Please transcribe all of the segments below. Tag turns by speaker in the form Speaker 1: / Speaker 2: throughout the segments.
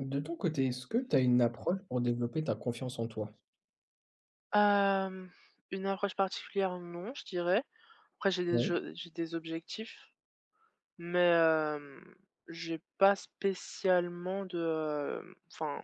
Speaker 1: De ton côté, est-ce que tu as une approche pour développer ta confiance en toi?
Speaker 2: Hem, une approche particulière, non, je dirais. Après
Speaker 1: Oui.
Speaker 2: j'ai des objectifs, mais j'ai pas spécialement de, enfin,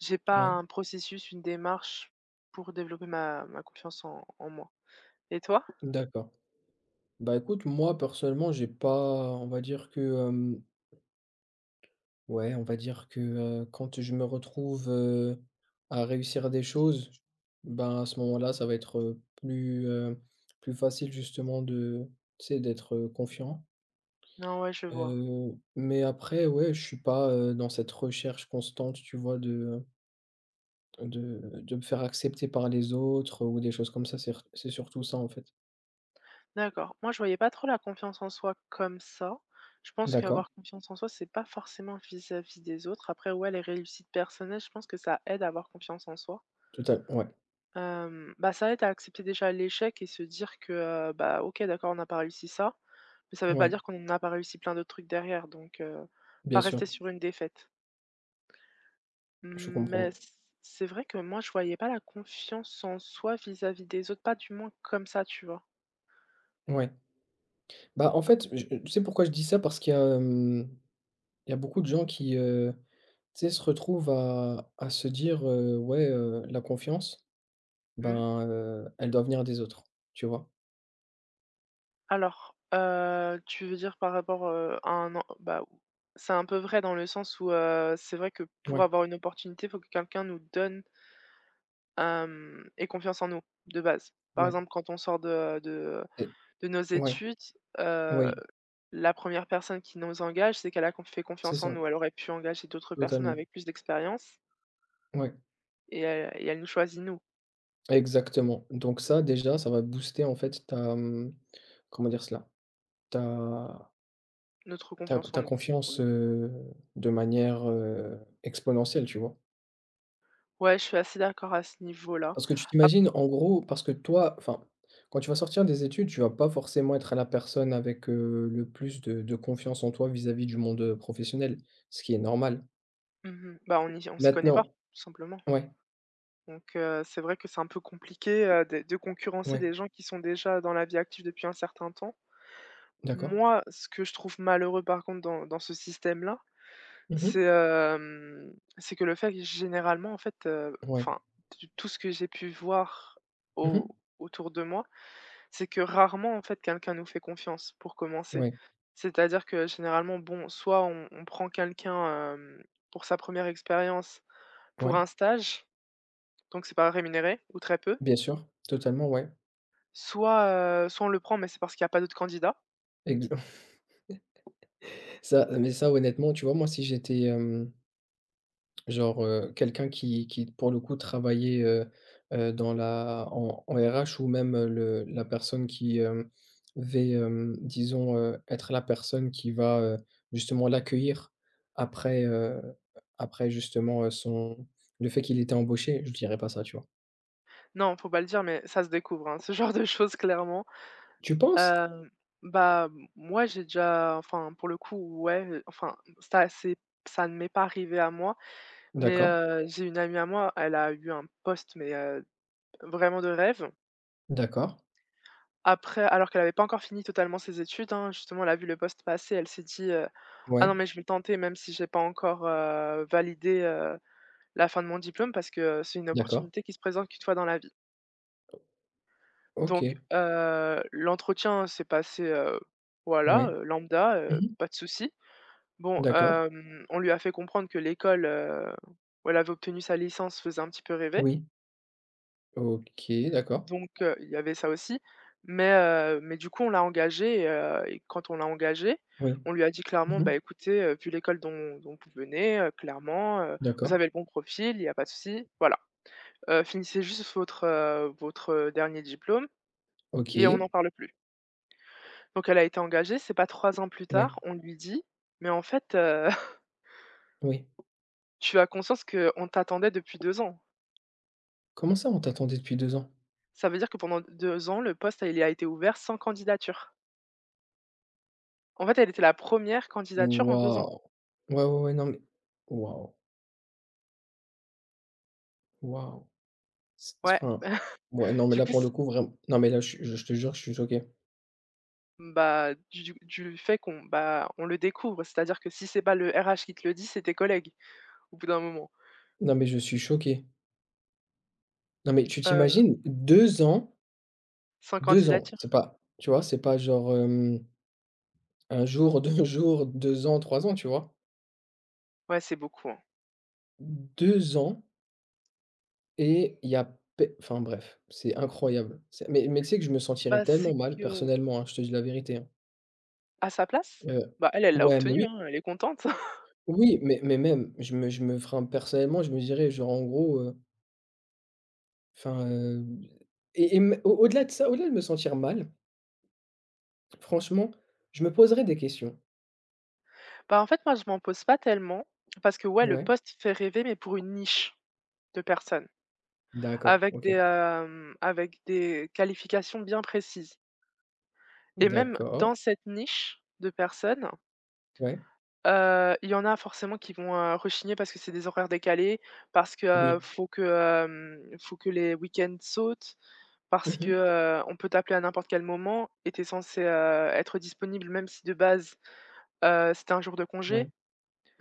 Speaker 2: j'ai pas
Speaker 1: Ouais,
Speaker 2: un processus, une démarche pour développer ma confiance en moi. Et toi?
Speaker 1: d'accord. Bah écoute, moi personnellement, j'ai pas, on va dire que, ouais, on va dire que quand je me retrouve à réussir des choses, ben à ce moment-là, ça va être plus, plus facile justement de, tu sais, d'être
Speaker 2: Mmh.
Speaker 1: confiant.
Speaker 2: Non, ouais, je vois.
Speaker 1: Mais après, ouais, je suis pas dans cette recherche constante, tu vois, de, de me faire accepter par les autres, ou des choses comme ça, c'est surtout ça, en fait.
Speaker 2: D'accord. Moi, je voyais pas trop la confiance en soi comme ça. Je pense
Speaker 1: D'accord,
Speaker 2: qu'avoir confiance en soi, c'est pas forcément vis-à-vis des autres. Après, ouais, les réussites personnelles, je pense que ça aide à avoir confiance en soi.
Speaker 1: total, ouais,
Speaker 2: Bah, ça aide à accepter déjà l'échec et se dire que, bah, OK, d'accord, on n'a pas réussi ça, mais ça ne veut pas
Speaker 1: ouais,
Speaker 2: dire qu'on n'a pas réussi plein d'autres trucs derrière, donc
Speaker 1: bien
Speaker 2: pas
Speaker 1: sûr,
Speaker 2: rester sur une défaite.
Speaker 1: je
Speaker 2: Mais
Speaker 1: comprends.
Speaker 2: c'est vrai que moi, je voyais pas la confiance en soi vis-à-vis des autres, pas du moins comme ça, tu vois?
Speaker 1: Ouais. Bah, en fait, je tu sais pourquoi je dis ça? Parce qu'il y a, il y a beaucoup de gens qui, tu sais, se retrouvent à se dire, «Ouais, la confiance,
Speaker 2: Mmh.
Speaker 1: ben, elle doit venir des autres», tu vois?
Speaker 2: Alors, tu veux dire par rapport, à un en bah, c'est un peu vrai dans le sens où, c'est vrai que pour
Speaker 1: Ouais,
Speaker 2: avoir une opportunité, il faut que quelqu'un nous donne Hem et confiance en nous, de base. Par
Speaker 1: ouais,
Speaker 2: exemple, quand on sort de de
Speaker 1: et
Speaker 2: de nos
Speaker 1: ouais,
Speaker 2: études, heu,
Speaker 1: oui,
Speaker 2: la première personne qui nous engage, c'est qu'elle a conf fait
Speaker 1: c'est
Speaker 2: confiance en
Speaker 1: ça,
Speaker 2: nous. Elle aurait pu engager d'autres personnes
Speaker 1: totalement.
Speaker 2: avec plus d'expérience
Speaker 1: Ouais,
Speaker 2: et elle nous choisit nous,
Speaker 1: exactement. Donc ça, déjà, ça va booster, en fait, ta, mmh, comment dire cela? ta
Speaker 2: notre
Speaker 1: ta
Speaker 2: confiance en
Speaker 1: ta
Speaker 2: nous, pour
Speaker 1: confiance,
Speaker 2: le coup.
Speaker 1: de manière, exponentielle, tu vois?
Speaker 2: Ouais, je suis assez d'accord à ce niveau-là.
Speaker 1: Parce que tu
Speaker 2: Ap
Speaker 1: t'imagines, en gros, parce que toi, enfin, quand tu vas sortir des études, tu vas pas forcément être la personne avec, le plus de confiance en toi vis-à-vis du monde, professionnel, ce qui est normal.
Speaker 2: mmh Bah, on s'y connaît pas,
Speaker 1: Maintenant,
Speaker 2: tout simplement.
Speaker 1: ouais,
Speaker 2: Donc c'est vrai que c'est un peu compliqué, de concurrencer
Speaker 1: ouais,
Speaker 2: des gens qui sont déjà dans la vie active depuis un certain temps.
Speaker 1: d'accord.
Speaker 2: Moi, ce que je trouve malheureux par contre dans ce système-là,
Speaker 1: Mmh.
Speaker 2: c'est que le fait que généralement, en fait,
Speaker 1: Ouais.
Speaker 2: enfin, t tout ce que j'ai pu voir au
Speaker 1: Mmh.
Speaker 2: autour de moi, c'est que rarement, en fait, quelqu'un nous fait confiance pour commencer.
Speaker 1: Ouais,
Speaker 2: C'est-à-dire que généralement, bon, soit on prend quelqu'un, pour sa première expérience, pour
Speaker 1: ouais,
Speaker 2: un stage, donc c'est pas rémunéré ou très peu.
Speaker 1: bien sûr, totalement, ouais.
Speaker 2: Soit, soit on le prend, mais c'est parce qu'il y a pas d'autres candidats.
Speaker 1: Exa Ça, mais ça, honnêtement, tu vois, moi si j'étais, genre, quelqu'un qui pour le coup travaillait, dans la en RH ou même, le la personne qui, disons, être la personne qui va, justement l'accueillir après, après justement, son le fait qu'il était embauché, je dirais pas ça, tu vois?
Speaker 2: Non, faut pas le dire, mais ça se découvre, hein, ce genre de choses clairement.
Speaker 1: Tu penses?
Speaker 2: Hem, Bah, moi j'ai déjà enfin, pour le coup, ouais, enfin, ça ne m'est pas arrivé à moi. Mais,
Speaker 1: D'accord,
Speaker 2: j'ai une amie à moi, elle a eu un poste, mais, vraiment de rêve.
Speaker 1: d'accord,
Speaker 2: Après alors qu'elle n'avait pas encore fini totalement ses études, hein, justement, elle a vu le poste passer, elle s'est dit: «Ah non,
Speaker 1: ouais,
Speaker 2: mais je vais le tenter même si j'ai pas encore, validé, la fin de mon diplôme parce que, c'est une
Speaker 1: d'accord,
Speaker 2: opportunité qui se présente qu'une fois dans la vie». Donc,
Speaker 1: OK,
Speaker 2: l'entretien s'est passé, voilà,
Speaker 1: ouais.
Speaker 2: lambda,
Speaker 1: Mmh.
Speaker 2: pas de souci. Bon,
Speaker 1: D'accord,
Speaker 2: on lui a fait comprendre que l'école, où elle avait obtenu sa licence faisait un petit peu rêver.
Speaker 1: oui, OK, d'accord,
Speaker 2: Donc il y avait ça aussi, mais du coup, on l'a engagé et quand on l'a engagé,
Speaker 1: oui.
Speaker 2: on lui a dit clairement:
Speaker 1: Mmh.
Speaker 2: «Bah, écoutez, vu l'école dont vous venez, clairement, vous
Speaker 1: D'accord,
Speaker 2: avez le bon profil, il y a pas de souci, voilà. Finissez juste votre, dernier diplôme et on
Speaker 1: OK,
Speaker 2: n'en parle plus». Donc elle a été engagée, c'est pas 3 ans plus
Speaker 1: ouais,
Speaker 2: tard, on lui dit: «Mais en fait,
Speaker 1: oui.
Speaker 2: tu as conscience qu'on t'attendait depuis 2 ans».
Speaker 1: Comment ça, on t'attendait depuis 2 ans?
Speaker 2: Ça veut dire que pendant 2 ans, le poste, il a été ouvert sans candidature. En fait, elle était la première candidature en 2 ans.
Speaker 1: Waouh! Ouais, ouais, ouais, non, mais waouh, waouh! C'est,
Speaker 2: Ouais.
Speaker 1: enfin, ouais, non, mais
Speaker 2: Du
Speaker 1: là,
Speaker 2: coup,
Speaker 1: pour le
Speaker 2: c
Speaker 1: coup, vraiment, non, mais là, je te jure, je suis choqué.
Speaker 2: bah, du fait qu'on bah, on le découvre, c'est-à-dire que si c'est pas le RH qui te le dit, c'est tes collègues, au bout d'un moment.
Speaker 1: Non, mais je suis choqué. Non, mais tu
Speaker 2: Heu,
Speaker 1: t'imagines,
Speaker 2: 100
Speaker 1: 2 ans,
Speaker 2: candidatures?
Speaker 1: c'est pas, tu vois, c'est pas genre, 1 jour, 2 jours, 2 ans, 3 ans, tu vois?
Speaker 2: Ouais, c'est beaucoup, hein.
Speaker 1: 2 ans, et il y a pe enfin bref, c'est incroyable. C'est mais tu sais que je me sentirais
Speaker 2: Bah,
Speaker 1: tellement
Speaker 2: c'est
Speaker 1: mal
Speaker 2: que
Speaker 1: personnellement, hein, je te dis la vérité, hein.
Speaker 2: à sa place,
Speaker 1: Heu,
Speaker 2: bah, elle l'a
Speaker 1: ouais, mais oui.
Speaker 2: obtenue, hein, elle est contente.
Speaker 1: Oui, mais même, je me enfin, personnellement, je me dirais, genre, en gros, enfin, et m au au-delà de ça, au-delà de me sentir mal, franchement, je me poserais des questions.
Speaker 2: Bah, en fait, moi, je m'en pose pas tellement parce que, ouais, le
Speaker 1: Ouais,
Speaker 2: poste fait rêver, mais pour une niche de personnes
Speaker 1: d'accord,
Speaker 2: avec
Speaker 1: OK.
Speaker 2: des, hem, avec des qualifications bien précises et même
Speaker 1: D'accord,
Speaker 2: dans cette niche de personnes.
Speaker 1: ouais,
Speaker 2: Il y en a forcément qui vont, rechigner parce que c'est des horaires décalés, parce que,
Speaker 1: oui.
Speaker 2: faut que les week-ends sautent, parce que,
Speaker 1: Mmh.
Speaker 2: on peut t'appeler à n'importe quel moment et t'es censé, être disponible même si de base, c'était un jour de
Speaker 1: Ouais.
Speaker 2: congé.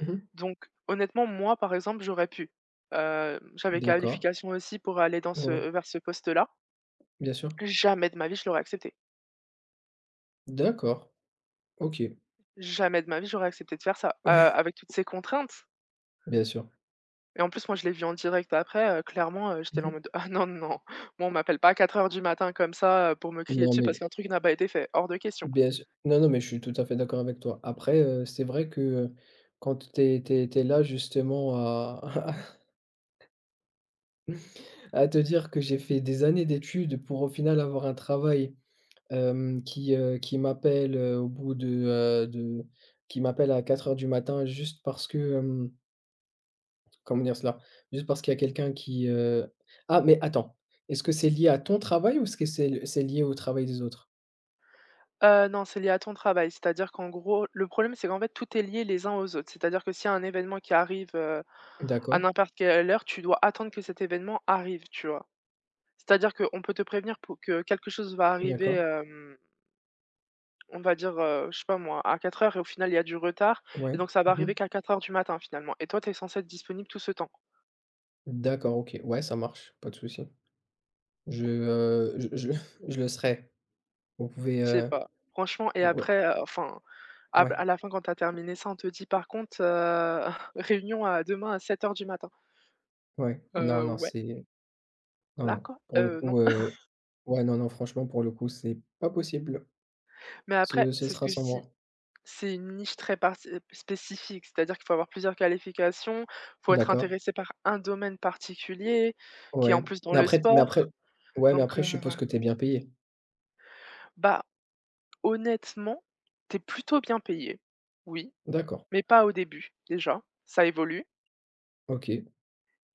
Speaker 1: Mmh.
Speaker 2: Donc honnêtement, moi, par exemple, j'aurais pu. J'avais
Speaker 1: D'accord.
Speaker 2: qualification aussi pour aller dans
Speaker 1: Ouais,
Speaker 2: ce
Speaker 1: ouais,
Speaker 2: vers ce poste-là.
Speaker 1: bien sûr.
Speaker 2: Jamais de ma vie je l'aurais accepté.
Speaker 1: D'accord, OK.
Speaker 2: Jamais de ma vie j'aurais accepté de faire ça, avec toutes ces contraintes.
Speaker 1: Bien sûr.
Speaker 2: Et en plus, moi, je l'ai vu en direct après, clairement, j'étais là
Speaker 1: Mmh.
Speaker 2: en mode: «Ah non, non, non. Moi, on m'appelle pas à 4 heures du matin comme ça, pour me crier
Speaker 1: Non,
Speaker 2: dessus
Speaker 1: mais
Speaker 2: parce qu'un truc n'a pas été fait, hors de question».
Speaker 1: bien sûr. Non, non, mais je suis tout à fait d'accord avec toi. Après, c'est vrai que, quand t'es là justement à À te dire que j'ai fait des années d'études pour au final avoir un travail, qui m'appelle, au bout de qui m'appelle à quatre heures du matin juste parce que, comment dire cela? Juste parce qu'il y a quelqu'un qui, ah, mais attends, est-ce que c'est lié à ton travail ou est-ce que c'est lié au travail des autres?
Speaker 2: Non, c'est lié à ton travail, c'est-à-dire qu'en gros, le problème, c'est qu'en fait, tout est lié les uns aux autres. C'est-à-dire que s'il y a un événement qui arrive, à
Speaker 1: D'accord,
Speaker 2: n'importe quelle heure, tu dois attendre que cet événement arrive, tu vois? C'est-à-dire qu'on peut te prévenir pour que quelque chose va arriver,
Speaker 1: d'accord,
Speaker 2: on va dire, je sais pas moi, à 4 heures, et au final, il y a du retard et
Speaker 1: ouais.
Speaker 2: donc ça va
Speaker 1: Mmh.
Speaker 2: arriver qu'à 4 heures du matin, finalement et toi, tu es censé être disponible tout ce temps.
Speaker 1: D'accord, OK. Ouais, ça marche, pas de souci. Je je le serai. Vous pouvez,
Speaker 2: Je sais pas. Franchement et
Speaker 1: ouais,
Speaker 2: après, enfin, à
Speaker 1: ouais,
Speaker 2: à la fin quand t'as terminé ça, on te dit: «Par contre, réunion à demain à 7 heures du matin».
Speaker 1: ouais. Non, non,
Speaker 2: Ouais,
Speaker 1: c'est Non,
Speaker 2: là
Speaker 1: non,
Speaker 2: quoi?
Speaker 1: pour le
Speaker 2: Non.
Speaker 1: coup, ouais, non, non, franchement, pour le coup, c'est pas possible.
Speaker 2: Mais après,
Speaker 1: Ce
Speaker 2: c'est ce
Speaker 1: sera
Speaker 2: que je
Speaker 1: sans moi.
Speaker 2: dis, c'est une niche très parti spécifique, c'est-à-dire qu'il faut avoir plusieurs qualifications, faut être
Speaker 1: D'accord.
Speaker 2: intéressé par un domaine particulier, qui est
Speaker 1: Ouais.
Speaker 2: en plus dans
Speaker 1: Mais
Speaker 2: le
Speaker 1: après
Speaker 2: sport.
Speaker 1: ouais, mais
Speaker 2: Donc,
Speaker 1: après, je suppose que tu es bien payé?
Speaker 2: bah, honnêtement, t'es plutôt bien payé, oui,
Speaker 1: D'accord.
Speaker 2: mais pas au début, déjà, ça évolue.
Speaker 1: OK.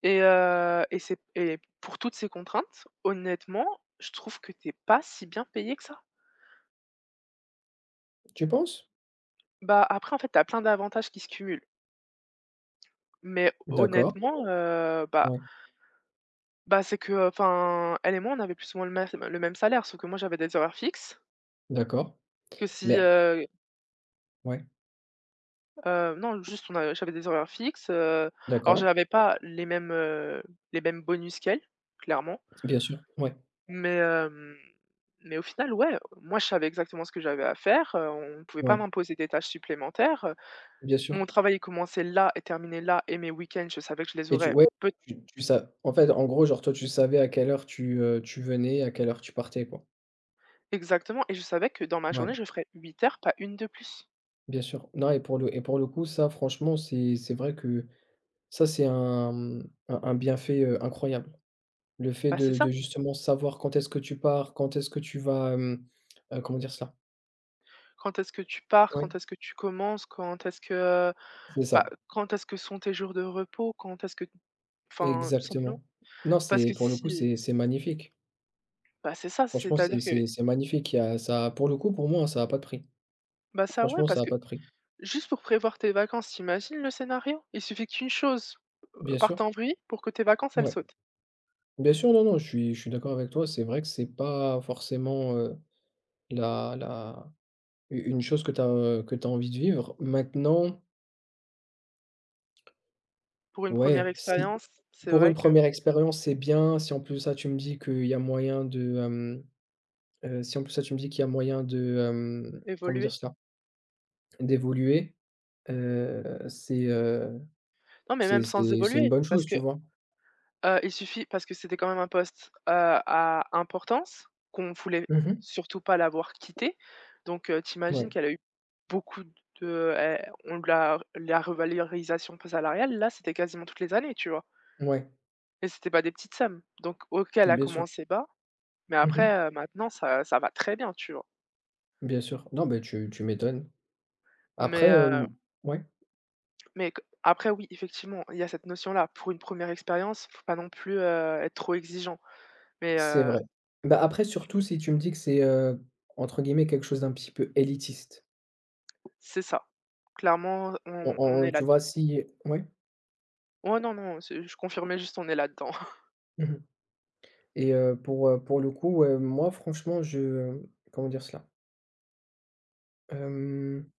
Speaker 2: Et pour toutes ces contraintes, honnêtement, je trouve que t'es pas si bien payé que ça.
Speaker 1: Tu penses?
Speaker 2: Bah, après en fait, t'as plein d'avantages qui se cumulent, mais
Speaker 1: D'accord.
Speaker 2: honnêtement, bah
Speaker 1: Ouais.
Speaker 2: c'est que, enfin, elle et moi, on avait plus ou moins le même salaire, sauf que moi j'avais des horaires fixes,
Speaker 1: D'accord.
Speaker 2: que si,
Speaker 1: Mais ouais,
Speaker 2: non, juste on a j'avais des horaires fixes, alors
Speaker 1: d'accord.
Speaker 2: j'avais pas les mêmes bonus qu'elle, clairement.
Speaker 1: Bien sûr. Ouais,
Speaker 2: Mais hem, mais au final, ouais, moi, je savais exactement ce que j'avais à faire, on ne pouvait pas
Speaker 1: ouais,
Speaker 2: m'imposer des tâches supplémentaires.
Speaker 1: bien sûr.
Speaker 2: Mon travail, il commençait là et terminait là et mes week-ends, je savais que je les
Speaker 1: Et tu
Speaker 2: aurais
Speaker 1: Ouais,
Speaker 2: peut
Speaker 1: tu tu sa en fait, en gros, genre, toi, tu savais à quelle heure tu, tu venais, à quelle heure tu partais, quoi?
Speaker 2: Exactement et je savais que dans ma
Speaker 1: Ouais,
Speaker 2: journée, je ferais 8 heures, pas une de plus.
Speaker 1: bien sûr. Non, et pour le et pour le coup, ça, franchement, c'est vrai que ça, c'est un, mmh, un bienfait, incroyable. Le fait
Speaker 2: Bah, c'est
Speaker 1: de
Speaker 2: ça.
Speaker 1: de justement savoir quand est-ce que tu pars, quand est-ce que tu vas, comment dire cela?
Speaker 2: Quand est-ce que tu pars?
Speaker 1: Ouais,
Speaker 2: Quand est-ce que tu commences? Quand est-ce que,
Speaker 1: c'est
Speaker 2: bah,
Speaker 1: ça,
Speaker 2: quand est-ce que sont tes jours de repos? Quand est-ce que enfin, tout simplement.
Speaker 1: exactement. Non,
Speaker 2: Parce
Speaker 1: c'est,
Speaker 2: que
Speaker 1: pour le coup,
Speaker 2: si
Speaker 1: c'est magnifique.
Speaker 2: bah, c'est ça,
Speaker 1: Franchement, c'est
Speaker 2: c'est-à-dire que
Speaker 1: c'est c'est magnifique. Il y a ça, pour le coup, pour moi, hein, ça a pas de prix.
Speaker 2: bah, ça, ouais,
Speaker 1: Franchement,
Speaker 2: parce
Speaker 1: ça a
Speaker 2: que
Speaker 1: pas de prix.
Speaker 2: Juste pour prévoir tes vacances, t'imagines le scénario? Il suffit qu'une chose,
Speaker 1: Bien
Speaker 2: parte
Speaker 1: sûr.
Speaker 2: en bruit pour que tes vacances, elles
Speaker 1: Ouais.
Speaker 2: sautent.
Speaker 1: Bien sûr, non, non, je suis d'accord avec toi. C'est vrai que c'est pas forcément, la u une chose que tu as envie de vivre. Maintenant,
Speaker 2: Pour une première
Speaker 1: ouais, si
Speaker 2: expérience, c'est
Speaker 1: pour une
Speaker 2: vrai que
Speaker 1: première expérience, c'est bien. Si en plus de ça, tu me dis qu'il y a moyen de, si en plus de ça, tu me dis qu'il y a moyen de, comment dire
Speaker 2: évoluer
Speaker 1: cela? D'évoluer, c'est, heu,
Speaker 2: non, mais
Speaker 1: c'est
Speaker 2: même sans
Speaker 1: c'est c'est une
Speaker 2: évoluer,
Speaker 1: bonne
Speaker 2: parce
Speaker 1: chose,
Speaker 2: que,
Speaker 1: tu vois?
Speaker 2: il suffit parce que c'était quand même un poste, à importance, qu'on voulait
Speaker 1: Mmh mh.
Speaker 2: surtout pas l'avoir quitté, donc tu
Speaker 1: Ouais,
Speaker 2: qu'elle a eu beaucoup de on l'a la revalorisation salariale, là, c'était quasiment toutes les années, tu vois?
Speaker 1: ouais,
Speaker 2: Et c'était pas des petites sommes, donc OK, elle a
Speaker 1: bien sûr.
Speaker 2: commencé bas. Mais
Speaker 1: Mmh mh.
Speaker 2: après, maintenant ça va très bien, tu vois?
Speaker 1: Bien sûr. Non, beh, tu m'étonnes.
Speaker 2: Mais,
Speaker 1: Après,
Speaker 2: heu,
Speaker 1: hem ouais,
Speaker 2: mais q après oui, effectivement, il y a cette notion-là. Pour une première expérience, faut pas non plus, être trop exigeant. Mais,
Speaker 1: c'est vrai. Bah, après, surtout si tu me dis que c'est, entre guillemets, «quelque chose d'un petit peu élitiste».
Speaker 2: c'est ça. Clairement,
Speaker 1: On
Speaker 2: on
Speaker 1: on
Speaker 2: est
Speaker 1: tu vois,
Speaker 2: là-dedans.
Speaker 1: si, ouais?
Speaker 2: Oh non, non, c'est je confirmais juste, on est là-dedans.
Speaker 1: Mmh mh. Et, pour le coup, moi, franchement, je, comment dire cela? Hem,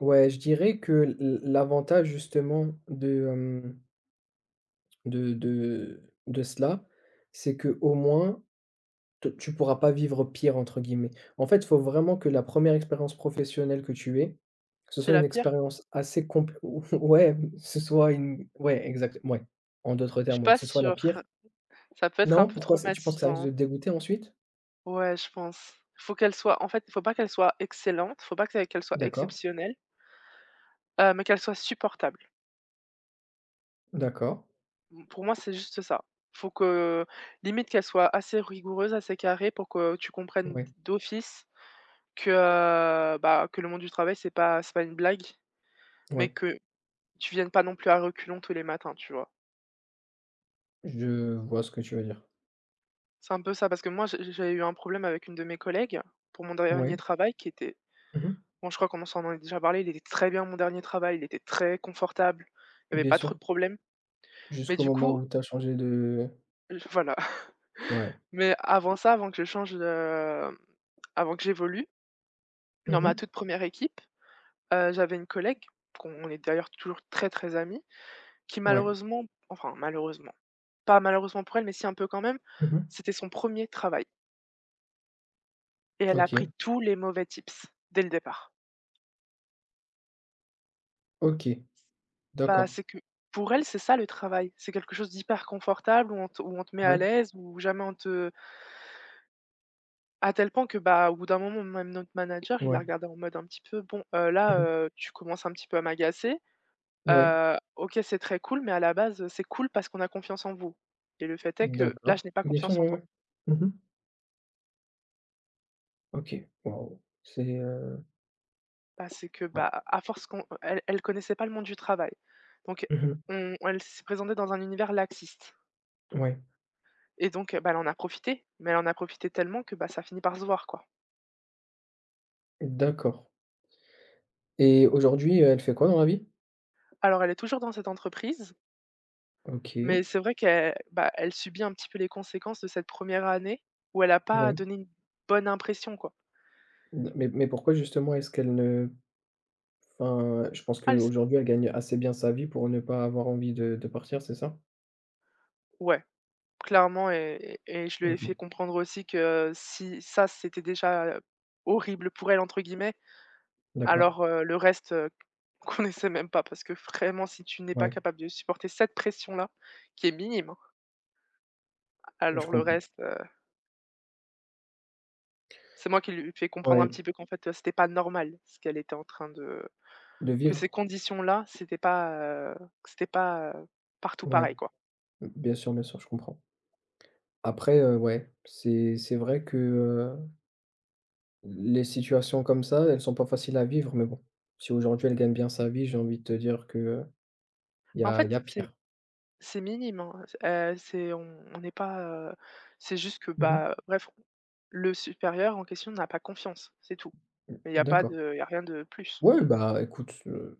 Speaker 1: ouais, je dirais que l'avantage justement de, de cela, c'est que au moins te tu pourras pas «vivre pire», entre guillemets. En fait, il faut vraiment que la première expérience professionnelle que tu aies, ce
Speaker 2: C'est
Speaker 1: soit une
Speaker 2: la pire?
Speaker 1: expérience assez complète, ou ouais, ce soit une, ouais, exact, ouais, en d'autres
Speaker 2: Je suis
Speaker 1: termes, ouais,
Speaker 2: pas
Speaker 1: que ce soit la
Speaker 2: sûre.
Speaker 1: pire.
Speaker 2: Ça peut être un
Speaker 1: Non?
Speaker 2: peu
Speaker 1: Pourquoi, c'est tu penses que ça risque de
Speaker 2: traumatisant.
Speaker 1: te dégoûter ensuite?
Speaker 2: Ouais, je pense. Faut pas qu'elle soit excellente, faut pas que qu'elle soit
Speaker 1: D'accord,
Speaker 2: exceptionnelle, mais qu'elle soit supportable.
Speaker 1: d'accord,
Speaker 2: Mmh, pour moi, c'est juste ça. Faut que limite qu'elle soit assez rigoureuse, assez carrée pour que tu comprennes
Speaker 1: ouais,
Speaker 2: d'office que, bah, que le monde du travail, c'est pas une blague, mais
Speaker 1: ouais.
Speaker 2: que tu viennes pas non plus à reculons tous les matins, tu vois?
Speaker 1: Je vois ce que tu veux dire.
Speaker 2: C'est un peu ça, parce que moi, j'ai eu un problème avec une de mes collègues pour mon dernier
Speaker 1: Oui.
Speaker 2: travail qui était
Speaker 1: Mmh,
Speaker 2: bon, je crois qu'on s'en est déjà parlé, il était très bien mon dernier travail, il était très confortable, il y avait
Speaker 1: bien
Speaker 2: pas trop
Speaker 1: sûr.
Speaker 2: de problèmes. Mais
Speaker 1: Jusqu'au
Speaker 2: du
Speaker 1: moment
Speaker 2: coup,
Speaker 1: où tu as changé de,
Speaker 2: j voilà.
Speaker 1: ouais.
Speaker 2: Mais avant ça, avant que je change de, avant que j'évolue, dans ma
Speaker 1: Mmh.
Speaker 2: toute première équipe, j'avais une collègue, qu'on on est d'ailleurs toujours très, très amis, qui
Speaker 1: Ouais.
Speaker 2: malheureusement enfin malheureusement, pas malheureusement pour elle, mais si un peu quand même,
Speaker 1: Mmh.
Speaker 2: c'était son premier travail et elle a pris
Speaker 1: OK,
Speaker 2: tous les mauvais tips dès le départ.
Speaker 1: OK,
Speaker 2: Bah,
Speaker 1: d'accord.
Speaker 2: c'est que pour elle, c'est ça le travail, c'est quelque chose d'hyper confortable où on te met à
Speaker 1: Ouais,
Speaker 2: l'aise, où jamais on te à tel point que, bah, au bout d'un moment, même notre manager, il la
Speaker 1: ouais.
Speaker 2: regardait en mode un petit peu: «Bon, là,
Speaker 1: Mmh.
Speaker 2: tu commences un petit peu à m'agacer».
Speaker 1: Ouais,
Speaker 2: OK, c'est très cool, mais à la base, c'est cool parce qu'on a confiance en vous et le fait est que là,
Speaker 1: d'accord.
Speaker 2: je n'ai pas
Speaker 1: Bien sûr,
Speaker 2: confiance en
Speaker 1: ouais,
Speaker 2: toi.
Speaker 1: ouais. Mmh. OK, waouh, c'est,
Speaker 2: Parce que,
Speaker 1: ouais.
Speaker 2: bah, à force qu'on elle connaissait pas le monde du travail. Donc
Speaker 1: Mmh.
Speaker 2: on elle s'est présentée dans un univers laxiste
Speaker 1: Ouais,
Speaker 2: et donc, bah, elle en a profité, mais elle en a profité tellement que, bah, ça finit par se voir, quoi.
Speaker 1: d'accord, et aujourd'hui, elle fait quoi dans la vie?
Speaker 2: Alors elle est toujours dans cette entreprise, mais
Speaker 1: OK,
Speaker 2: c'est vrai qu'elle, bah, elle subit un petit peu les conséquences de cette première année où elle a pas
Speaker 1: ouais,
Speaker 2: donné une bonne impression, quoi.
Speaker 1: d mais pourquoi justement est-ce qu'elle ne, enfin, je pense
Speaker 2: Ah, elle s
Speaker 1: qu'aujourd'hui, elle gagne assez bien sa vie pour ne pas avoir envie de partir, c'est ça?
Speaker 2: ouais. Clairement et je lui ai
Speaker 1: OK,
Speaker 2: fait comprendre aussi que si ça, c'était déjà, «horrible pour elle» entre guillemets,
Speaker 1: d'accord.
Speaker 2: alors, le reste, qu'on essaie même pas parce que vraiment si tu n'es pas
Speaker 1: Ouais,
Speaker 2: capable de supporter cette pression-là, qui est minime, hein,
Speaker 1: je
Speaker 2: alors le
Speaker 1: comprends.
Speaker 2: reste, c'est moi qui lui fais comprendre
Speaker 1: Ouais,
Speaker 2: un petit peu qu'en fait, c'était pas normal ce qu'elle était en train de
Speaker 1: de
Speaker 2: que
Speaker 1: vivre?
Speaker 2: ces conditions-là, heu, c'était pas, partout
Speaker 1: Ouais,
Speaker 2: pareil, quoi.
Speaker 1: bien sûr, je comprends. Après, ouais, c'est vrai que, les situations comme ça, elles sont pas faciles à vivre, mais bon, si aujourd'hui elle gagne bien sa vie, j'ai envie de te dire que,
Speaker 2: En
Speaker 1: il y
Speaker 2: fait,
Speaker 1: a pire.
Speaker 2: c'est minime, hein, c'est on n'est pas, c'est juste que,
Speaker 1: Mmh.
Speaker 2: bah, bref, le supérieur en question n'a pas confiance, c'est tout. Mais il n'y a pas
Speaker 1: D'accord.
Speaker 2: de il y a rien de plus.
Speaker 1: Ouais, bah, écoute,